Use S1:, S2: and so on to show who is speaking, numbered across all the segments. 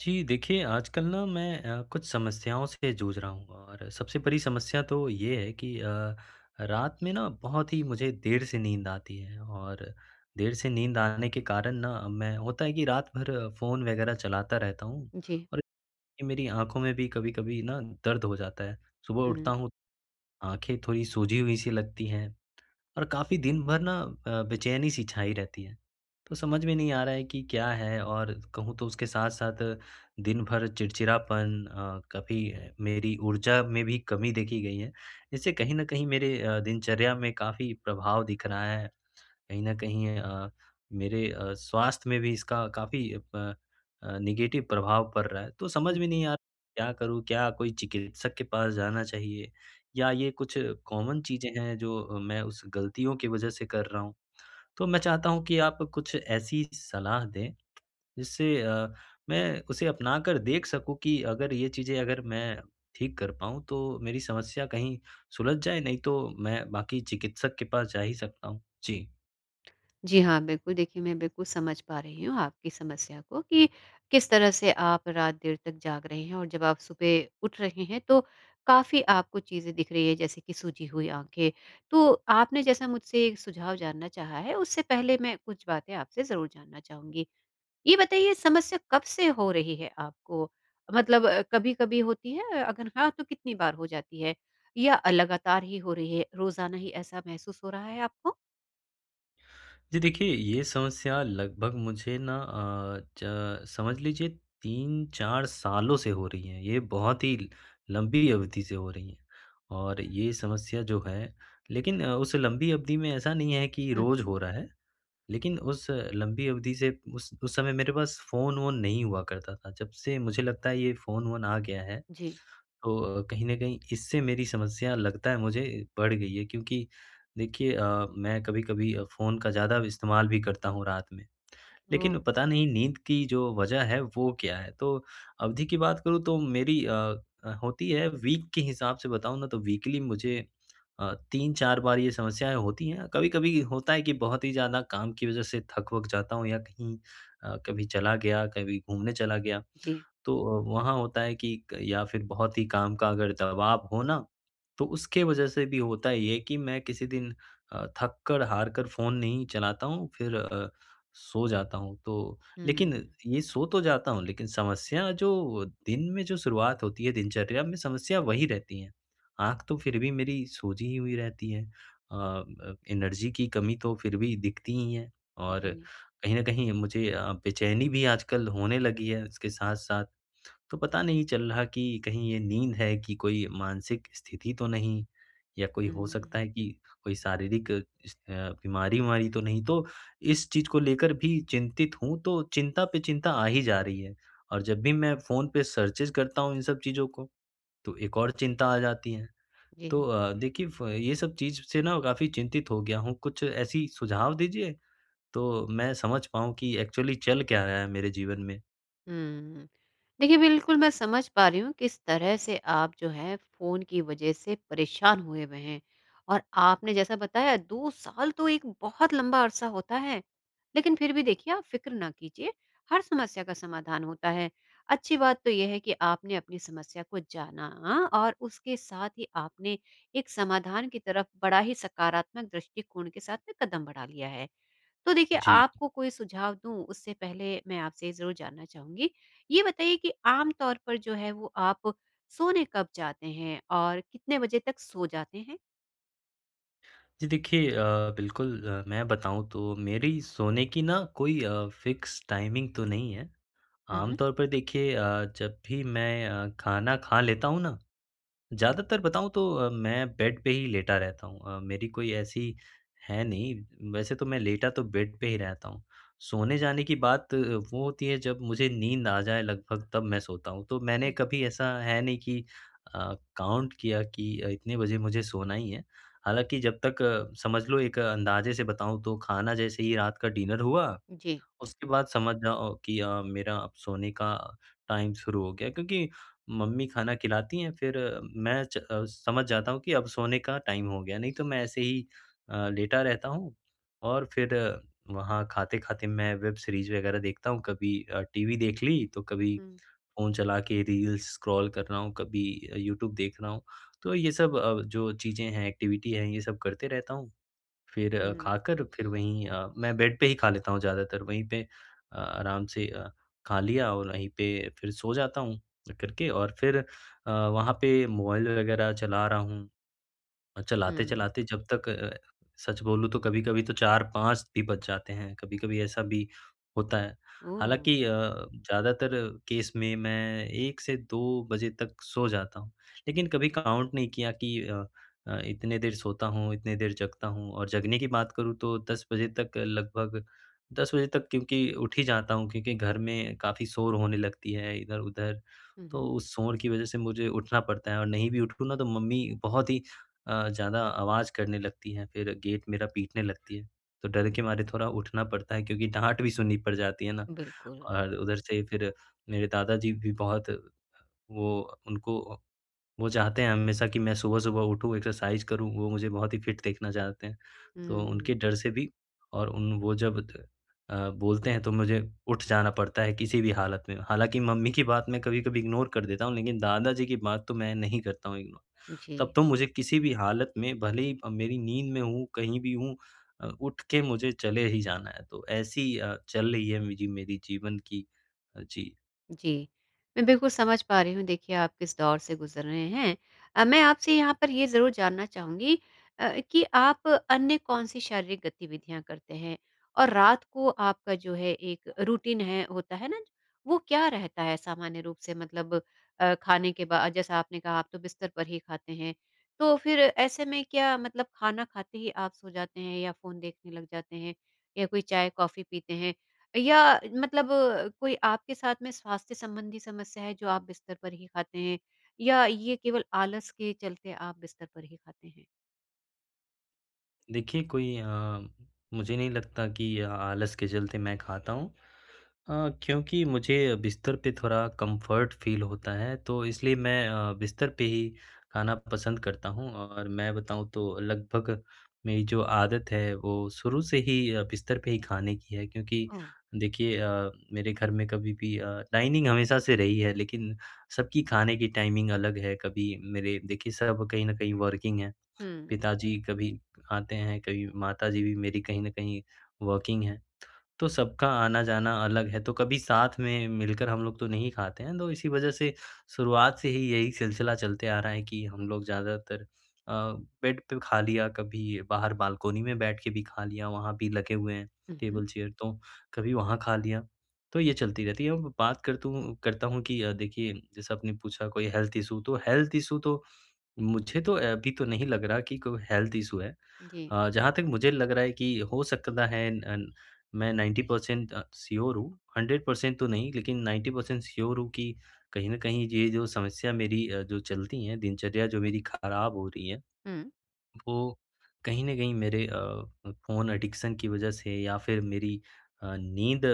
S1: जी, देखिए आजकल ना मैं कुछ समस्याओं से जूझ रहा हूँ और सबसे बड़ी समस्या तो ये है कि रात में ना बहुत ही मुझे देर से नींद आती है और देर से नींद आने के कारण ना मैं होता है कि रात भर फ़ोन वगैरह चलाता रहता हूँ
S2: जी।
S1: और ये मेरी आँखों में भी कभी-कभी ना दर्द हो जाता है। सुबह उठता
S2: हुँ,
S1: हूँ, आँखें थोड़ी सूजी हुई सी लगती हैं। और काफ़ी दिन भर ना बेचैनी सी छाई रहती है। तो समझ में नहीं आ रहा है कि क्या है और कहूँ तो उसके साथ-साथ दिन भर चिड़चिड़ापन कभी मेरी ऊर्जा में भी कमी देखी गई है। इससे कहीं न कहीं मेरे दिनचर्या में काफ़ी प्रभाव दिख रहा है। कहीं न कहीं मेरे स्वास्थ्य में भी इसका काफ़ी नेगेटिव प्रभाव पड़ रहा है। तो समझ
S2: हुँ।
S1: में नहीं आ रहा क्या करूँ? क्या कोई चिकित्सक के पास जाना चाहिए? या ये कुछ कॉमन चीज़ें हैं जो मैं उस गलतियों की वज़ह से कर रहा हूँ? तो मैं चाहता हूँ कि आप कुछ ऐसी सलाह दें जिससे मैं उसे अपनाकर देख सकूँ कि अगर ये चीज़ें अगर मैं ठीक कर पाऊँ तो मेरी समस्या कहीं सुलझ जाए, नहीं तो मैं बाकी चिकित्सक के पास जा ही सकता हूँ। जी।
S2: जी हाँ, बिल्कुल देखिए, मैं बिल्कुल समझ पा रही हूँ आपकी समस्या को कि किस तरह से आप रात देर तक जाग रहे हैं और जब आप सुबह उठ रहे हैं तो काफ़ी आपको चीज़ें दिख रही है, जैसे कि सूजी हुई आँखें। तो आपने जैसा मुझसे एक सुझाव जानना चाहा है, उससे पहले मैं कुछ बातें आपसे ज़रूर जानना चाहूँगी। ये बताइए, समस्या कब से हो रही है आपको? मतलब कभी-कभी होती है? अगर हाँ, तो कितनी बार हो जाती है? या लगातार ही हो रही है, रोज़ाना ही ऐसा महसूस हो रहा है आपको?
S1: जी देखिए, ये समस्या लगभग मुझे ना अ, च समझ लीजिए 3-4 सालों से हो रही है। ये बहुत ही लंबी अवधि से हो रही है और ये समस्या जो है लेकिन उस लंबी अवधि में ऐसा नहीं है कि
S2: हुँ।
S1: रोज़ हो रहा है। लेकिन उस लंबी अवधि से उस समय मेरे पास फ़ोन-वोन नहीं हुआ करता था। जब से मुझे लगता है ये फ़ोन-वोन आ गया है
S2: जी।
S1: तो कहीं न कहीं इससे मेरी समस्या लगता है मुझे बढ़ गई है क्योंकि देखिए मैं कभी-कभी फ़ोन का ज़्यादा इस्तेमाल भी करता हूँ रात में।
S2: ओह!
S1: लेकिन पता नहीं नींद की जो वजह है वो क्या है? तो अवधि की बात करूँ तो मेरी होती है वीक के हिसाब से बताऊँ ना तो वीकली मुझे 3-4 बार ये समस्याएँ होती हैं। कभी-कभी होता है कि बहुत ही ज़्यादा काम की वजह से थक-वक जाता हूँ या कहीं कभी चला गया, कभी घूमने चला गया।
S2: जी।
S1: तो वहाँ होता है कि क या फिर बहुत ही काम का अगर दबाव हो ना, तो उसके वजह से भी होता ये है ये कि मैं किसी दिन थक कर, हार कर फ़ोन नहीं चलाता हूँ, फिर सो जाता हूँ। तो लेकिन
S2: हुँ।
S1: ये सो तो जाता हूँ, लेकिन समस्या जो दिन में जो शुरुआत होती है दिनचर्या में, समस्या वही रहती है। आँख तो फिर भी मेरी सोजी ही हुई रहती है। एनर्जी की कमी तो फिर भी दिखती ही है
S2: जी।
S1: और कहीं न कहीं मुझे बेचैनी भी आजकल होने लगी है इसके साथ-साथ। तो पता नहीं चल रहा कि कहीं ये नींद है कि कोई मानसिक स्थिति तो नहीं या कोई हो
S2: हुँ,
S1: सकता है कि कोई शारीरिक इस बीमारी-वारी तो नहीं। तो इस चीज़ को लेकर भी चिंतित हूँ, तो चिंता पे चिंता आ ही जा रही है। और जब भी मैं फ़ोन पे सर्चेज़ करता हूँ इन सब चीज़ों को, तो एक और चिंता आ जाती है। तो
S2: जी।
S1: देखिए फ ये सब चीज़ से ना काफ़ी चिंतित हो गया हूँ। कुछ ऐसी सुझाव दीजिए, तो मैं समझ पाऊँ कि एक्चुअली चल क्या रहा है मेरे जीवन में?
S2: हुँ। देखिए, बिल्कुल मैं समझ पा रही हूँ किस तरह से आप जो है फ़ोन की वज़ह से परेशान हुए हुए हैं और आपने जैसा बताया, 2 साल तो एक बहुत लंबा अरसा होता है। लेकिन फिर भी देखिए, आप फ़िक्र ना कीजिए, हर समस्या का समाधान होता है। अच्छी बात तो ये है कि आपने अपनी समस्या को जाना और उसके साथ ही आपने एक समाधान की तरफ बड़ा ही सकारात्मक दृष्टिकोण के साथ में कदम बढ़ा लिया है। तो देखिए,
S1: जी।
S2: आपको कोई सुझाव दूँ उससे पहले मैं आपसे ये ज़रूर जानना चाहूँगी। ये बताइए कि आम तौर पर जो है वो आप सोने कब जाते हैं और कितने बजे तक सो जाते हैं?
S1: जी देखिए बिल्कुल मैं बताऊँ तो मेरी सोने की ना कोई फ़िक्स टाइमिंग तो नहीं है। आम
S2: हुँ,
S1: तौर पर देखिए जब भी मैं खाना खा लेता हूँ ना
S2: हुँ,
S1: ज़्यादातर बताऊँ तो मैं बेड पे ही लेटा रहता हूँ। मेरी कोई ऐसी है नहीं, वैसे तो मैं लेटा तो बेड पे ही रहता हूँ। सोने जाने की बात वो होती है जब मुझे नींद आ जाए लगभग तब मैं सोता हूँ। तो मैंने
S2: हुँ,
S1: कभी ऐसा है नहीं कि काउंट किया कि इतने बजे मुझे सोना ही है। हालाँकि जब तक समझ लो एक अंदाज़े से बताऊँ तो खाना जैसे ही रात का डिनर हुआ
S2: जी।
S1: उसके बाद समझ जाओ कि मेरा अब सोने का टाइम शुरू हो गया क्योंकि मम्मी खाना खिलाती हैं फिर मैं समझ जाता हूँ कि अब सोने का टाइम हो गया, नहीं तो मैं ऐसे ही लेटा रहता हूँ और फिर वहाँ खाते-खाते मैं वेब सीरीज़ वग़ैरह देखता हूँ, कभी टीवी देख ली, तो कभी
S2: हुँ,
S1: फ़ोन चला के रील्स स्क्रॉल कर रहा हूँ, कभी यूट्यूब देख रहा हूँ। तो ये सब जो चीज़ें हैं, एक्टिविटी हैं, ये सब करते रहता हूँ। फिर
S2: हुँ,
S1: खाकर फिर वहीं मैं बेड पे ही खा लेता हूँ ज़्यादातर, वहीं पे आराम से खा लिया और वहीं पे फिर सो जाता हूँ करके और फिर वहाँ पे मोबाइल वगैरह चला रहा हूँ और
S2: हुँ,
S1: चलाते-चलाते जब तक सच बोलूँ तो कभी-कभी तो 4-5 भी बज जाते हैं, कभी-कभी ऐसा भी होता है।
S2: ओह!
S1: हालाँकि ज़्यादातर केस में मैं 1 से 2 बजे तक सो जाता हूँ, लेकिन कभी काउंट नहीं किया कि इतने देर सोता हूँ, इतने देर जगता हूँ और जगने की बात करूँ तो 10 बजे तक लगभग 10 बजे तक क्योंकि उठ ही जाता हूँ क्योंकि घर में काफ़ी शोर होने लगती है इधर-उधर,
S2: हुँ,
S1: तो
S2: हुँ,
S1: उस शोर की वजह से मुझे उठना पड़ता है और नहीं भी उठूँ ना तो मम्मी बहुत ही ज़्यादा आवाज़ करने लगती है, फिर गेट मेरा पीटने लगती है। तो डर के मारे थोड़ा उठना पड़ता है क्योंकि डाँट भी सुननी पड़ जाती है ना
S2: बिल्कुल।
S1: और उधर से फिर मेरे दादाजी भी बहुत वो उनको वो चाहते हैं हमेशा कि मैं सुबह-सुबह उठूँ, एक्सरसाइज़ करूँ, वो मुझे बहुत ही फिट देखना चाहते हैं। तो
S2: हुँ,
S1: उनके डर से भी और उन वो जब बोलते हैं तो मुझे उठ जाना पड़ता है किसी भी हालत में। हालाँकि मम्मी की बात मैं कभी-कभी इग्नोर कर देता हूँ, लेकिन दादाजी की बात तो मैं नहीं करता हूँ इग्नोर।
S2: जी।
S1: तब तो मुझे किसी भी हालत में भले ही मेरी नींद में हूँ, कहीं भी हूँ उठ के मुझे चले ही जाना है। तो ऐसी चल रही है जी मेरी जीवन की जी।
S2: जी। मैं बिल्कुल समझ पा रही हूँ देखिए, आप किस दौर से गुज़र रहे हैं। मैं आपसे यहाँ पर ये ज़रूर जानना चाहूँगी कि आप अन्य कौन-सी शारीरिक गतिविधियाँ करते हैं? और रात को आपका जो है एक रूटीन है होता है ना, वो क्या रहता है सामान्य रूप से? मतलब खाने के बाद जैसा आपने कहा, आप तो बिस्तर पर ही खाते हैं। तो फिर ऐसे में क्या मतलब, खाना खाते ही आप सो जाते हैं या फ़ोन देखने लग जाते हैं या कोई चाय-कॉफ़ी पीते हैं? या मतलब कोई आपके साथ में स्वास्थ्य संबंधी समस्या है जो आप बिस्तर पर ही खाते हैं, या ये केवल आलस के चलते आप बिस्तर पर ही खाते हैं?
S1: देखिए कोई मुझे नहीं लगता कि आलस के चलते मैं खाता हूँ क्योंकि मुझे बिस्तर पे थोड़ा कंफर्ट फ़ील होता है तो इसलिए मैं बिस्तर पे ही खाना पसंद करता हूँ और मैं बताऊँ तो लगभग मेरी जो आदत है वो शुरू से ही बिस्तर पे ही खाने की है क्योंकि
S2: ओह!
S1: देखिए मेरे घर में कभी भी डाइनिंग हमेशा से रही है लेकिन सबकी खाने की टाइमिंग अलग है कभी मेरे देखिए सब कहीं न कहीं वर्किंग है।
S2: हुँ।
S1: पिताजी कभी आते हैं, कभी माताजी भी मेरी कहीं न कहीं वर्किंग हैं। तो सबका आना-जाना अलग है, तो कभी साथ में मिलकर हम लोग तो नहीं खाते हैं, तो इसी वजह से शुरुआत से ही यही सिलसिला चलते आ रहा है कि हम लोग ज़्यादातर अ, बेड पे खा लिया, कभी बाहर बालकोनी में बैठ के भी खा लिया, वहाँ भी लगे हुए हैं
S2: हुँ, हुँ।
S1: टेबल चेयर, तो कभी वहाँ खा लिया, तो ये चलती रहती है। अब बात करतूँ करता हूँ कि देखिए जैसे आपने पूछा कोई हेल्थ इश्यू तो मुझे तो अभी तो नहीं लग रहा कि कोई हेल्थ इश्यू है।
S2: जी।
S1: जहाँ तक मुझे लग रहा है कि हो सकता है अन मैं 90% श्योर हूँ, 100% तो नहीं लेकिन 90% श्योर हूँ कि कहीं न कहीं ये जो समस्या मेरी जो चलती है, दिनचर्या जो मेरी खराब हो रही है
S2: हुँ।
S1: वो कहीं न कहीं मेरे फ़ोन एडिक्शन की वज़ह से या फिर मेरी नींद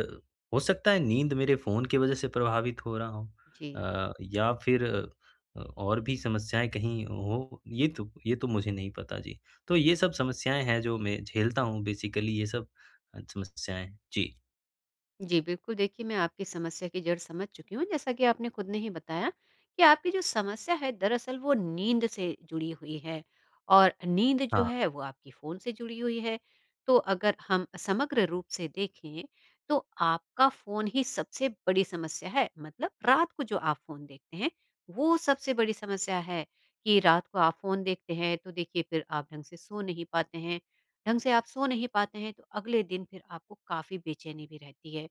S1: हो सकता है नींद मेरे फ़ोन की वज़ह से प्रभावित हो रहा हो
S2: जी।
S1: या फिर और भी समस्याएँ कहीं हो, ये तो मुझे नहीं पता जी। तो ये सब समस्याएँ हैं जो मैं झेलता हूँ बेसिकली ये सब समस्याएँ। जी,
S2: जी, बिल्कुल देखिए, मैं आपकी समस्या की जड़ समझ चुकी हूँ। जैसा कि आपने खुद ने ही बताया कि आपकी जो समस्या है दरअसल वो नींद से जुड़ी हुई है और नींद जो
S1: हाँ।
S2: है वो आपकी फ़ोन से जुड़ी हुई है। तो अगर हम समग्र रूप से देखें तो आपका फ़ोन ही सबसे बड़ी समस्या है। मतलब रात को जो आप फ़ोन देखते हैं वो सबसे बड़ी समस्या है, कि रात को आप फ़ोन देखते हैं तो देखिए फिर आप ढंग से सो नहीं पाते हैं। ढंग से आप सो नहीं पाते हैं तो अगले दिन फिर आपको काफ़ी बेचैनी भी रहती है।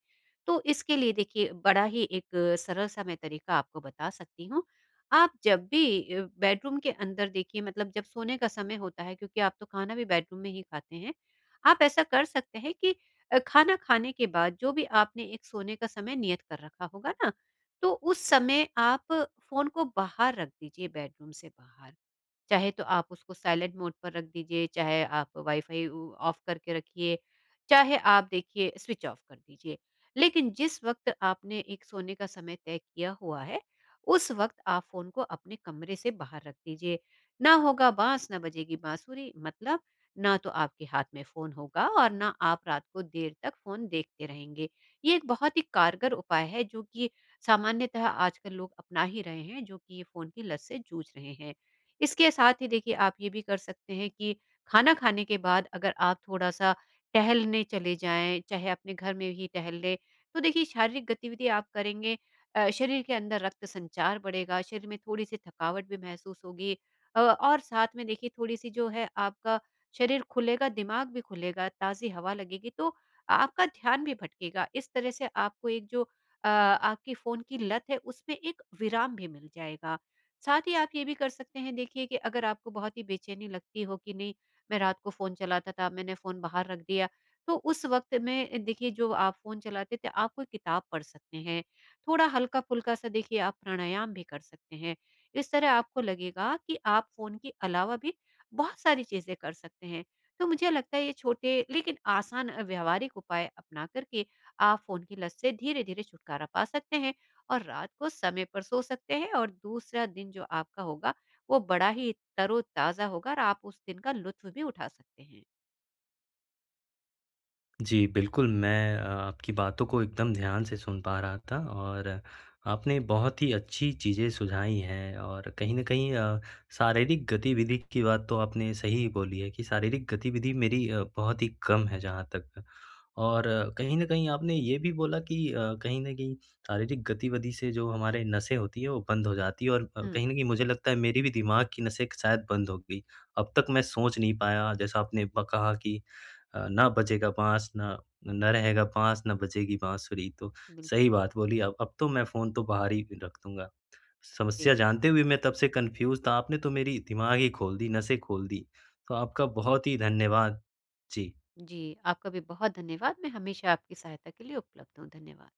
S2: तो इसके लिए देखिए, बड़ा ही एक सरल-सा मैं तरीका आपको बता सकती हूँ। आप जब भी बेडरूम के अंदर देखिए, मतलब जब सोने का समय होता है, क्योंकि आप तो खाना भी बेडरूम में ही खाते हैं। आप ऐसा कर सकते हैं कि खाना खाने के बाद जो भी आपने एक सोने का समय नियत कर रखा होगा ना, तो उस समय आप फ़ोन को बाहर रख दीजिए, बेडरूम से बाहर। चाहे तो आप उसको साइलेंट मोड पर रख दीजिए, चाहे आप वाईफ़ाई उ ऑफ़ करके रखिए, चाहे आप देखिए स्विच ऑफ़ कर दीजिए। लेकिन जिस वक़्त आपने एक सोने का समय तय किया हुआ है, उस वक़्त आप फ़ोन को अपने कमरे से बाहर रख दीजिए। ना होगा बाँस, ना बजेगी बाँसुरी, मतलब ना तो आपके हाथ में फ़ोन होगा और ना आप रात को देर तक फ़ोन देखते रहेंगे। ये एक बहुत ही कारगर उपाय है जो कि सामान्यतः आजकल लोग अपना ही रहे हैं, जो कि ये फ़ोन की लत से जूझ रहे हैं। इसके साथ ही देखिए, आप ये भी कर सकते हैं कि खाना खाने के बाद अगर आप थोड़ा-सा टहलने चले जाएँ, चाहे अपने घर में ही टहल लें, तो देखिए, शारीरिक गतिविधि आप करेंगे, शरीर के अंदर रक्त संचार बढ़ेगा, शरीर में थोड़ी-सी थकावट भी महसूस होगी, और साथ में देखिए थोड़ी-सी जो है आपका शरीर खुलेगा, दिमाग भी खुलेगा, ताज़ी हवा लगेगी, तो आपका ध्यान भी भटकेगा। इस तरह से आपको एक जो आपकी फ़ोन की लत है उसमें एक विराम भी मिल जाएगा। साथ ही आप ये भी कर सकते हैं देखिए, कि अगर आपको बहुत ही बेचैनी लगती हो कि नहीं, मैं रात को फ़ोन चलाता था, मैंने फ़ोन बाहर रख दिया, तो उस वक़्त में देखिए, जो आप फ़ोन चलाते थे, आप कोई किताब पढ़ सकते हैं। थोड़ा हल्का-फुल्का सा देखिए, आप प्राणायाम भी कर सकते हैं। इस तरह आपको लगेगा कि आप फ़ोन के अलावा भी बहुत सारी चीज़ें कर सकते हैं। तो मुझे लगता है ये छोटे लेकिन आसान व्यवहारिक उपाय अपना कर के आप फ़ोन की लत से धीरे-धीरे छुटकारा पा सकते हैं। और रात को समय पर सो सकते हैं और दूसरा दिन जो आपका होगा वो बड़ा ही तरोताज़ा होगा और आप उस दिन का लुत्फ़ भी उठा सकते हैं।
S1: जी, बिल्कुल, मैं आपकी बातों को एकदम ध्यान से सुन पा रहा था और आपने बहुत ही अच्छी चीज़ें सुझाई हैं और कहीं न कहीं शारीरिक गतिविधि की बात तो आपने सही बोली है कि शारीरिक गतिविधि मेरी बहुत ही कम है जहाँ तक और कहीं न कहीं आपने ये भी बोला कि कहीं न कहीं शारीरिक गतिविधि से जो हमारे नसें होती हैं, वो बंद हो जाती है और
S2: हुँ,
S1: कहीं न कहीं मुझे लगता है मेरी भी दिमाग की नसें शायद बंद हो गई। अब तक मैं सोच नहीं पाया, जैसा आपने ब कहा कि अ, ना बजेगा बाँस ना ना रहेगा बाँस, ना बजेगी बाँसुरी। तो
S2: बिल्कुल।
S1: सही बात बोली अब तो मैं फ़ोन तो बाहर ही रख दूँगा।
S2: जी।
S1: समस्या जानते हुए मैं तब से कन्फ्यूज़ था, आपने तो मेरी दिमाग ही खोल दी, नसें खोल दी। तो आपका बहुत ही धन्यवाद। जी।
S2: जी, आपका भी बहुत धन्यवाद। मैं हमेशा आपकी सहायता के लिए उपलब्ध हूँ। धन्यवाद।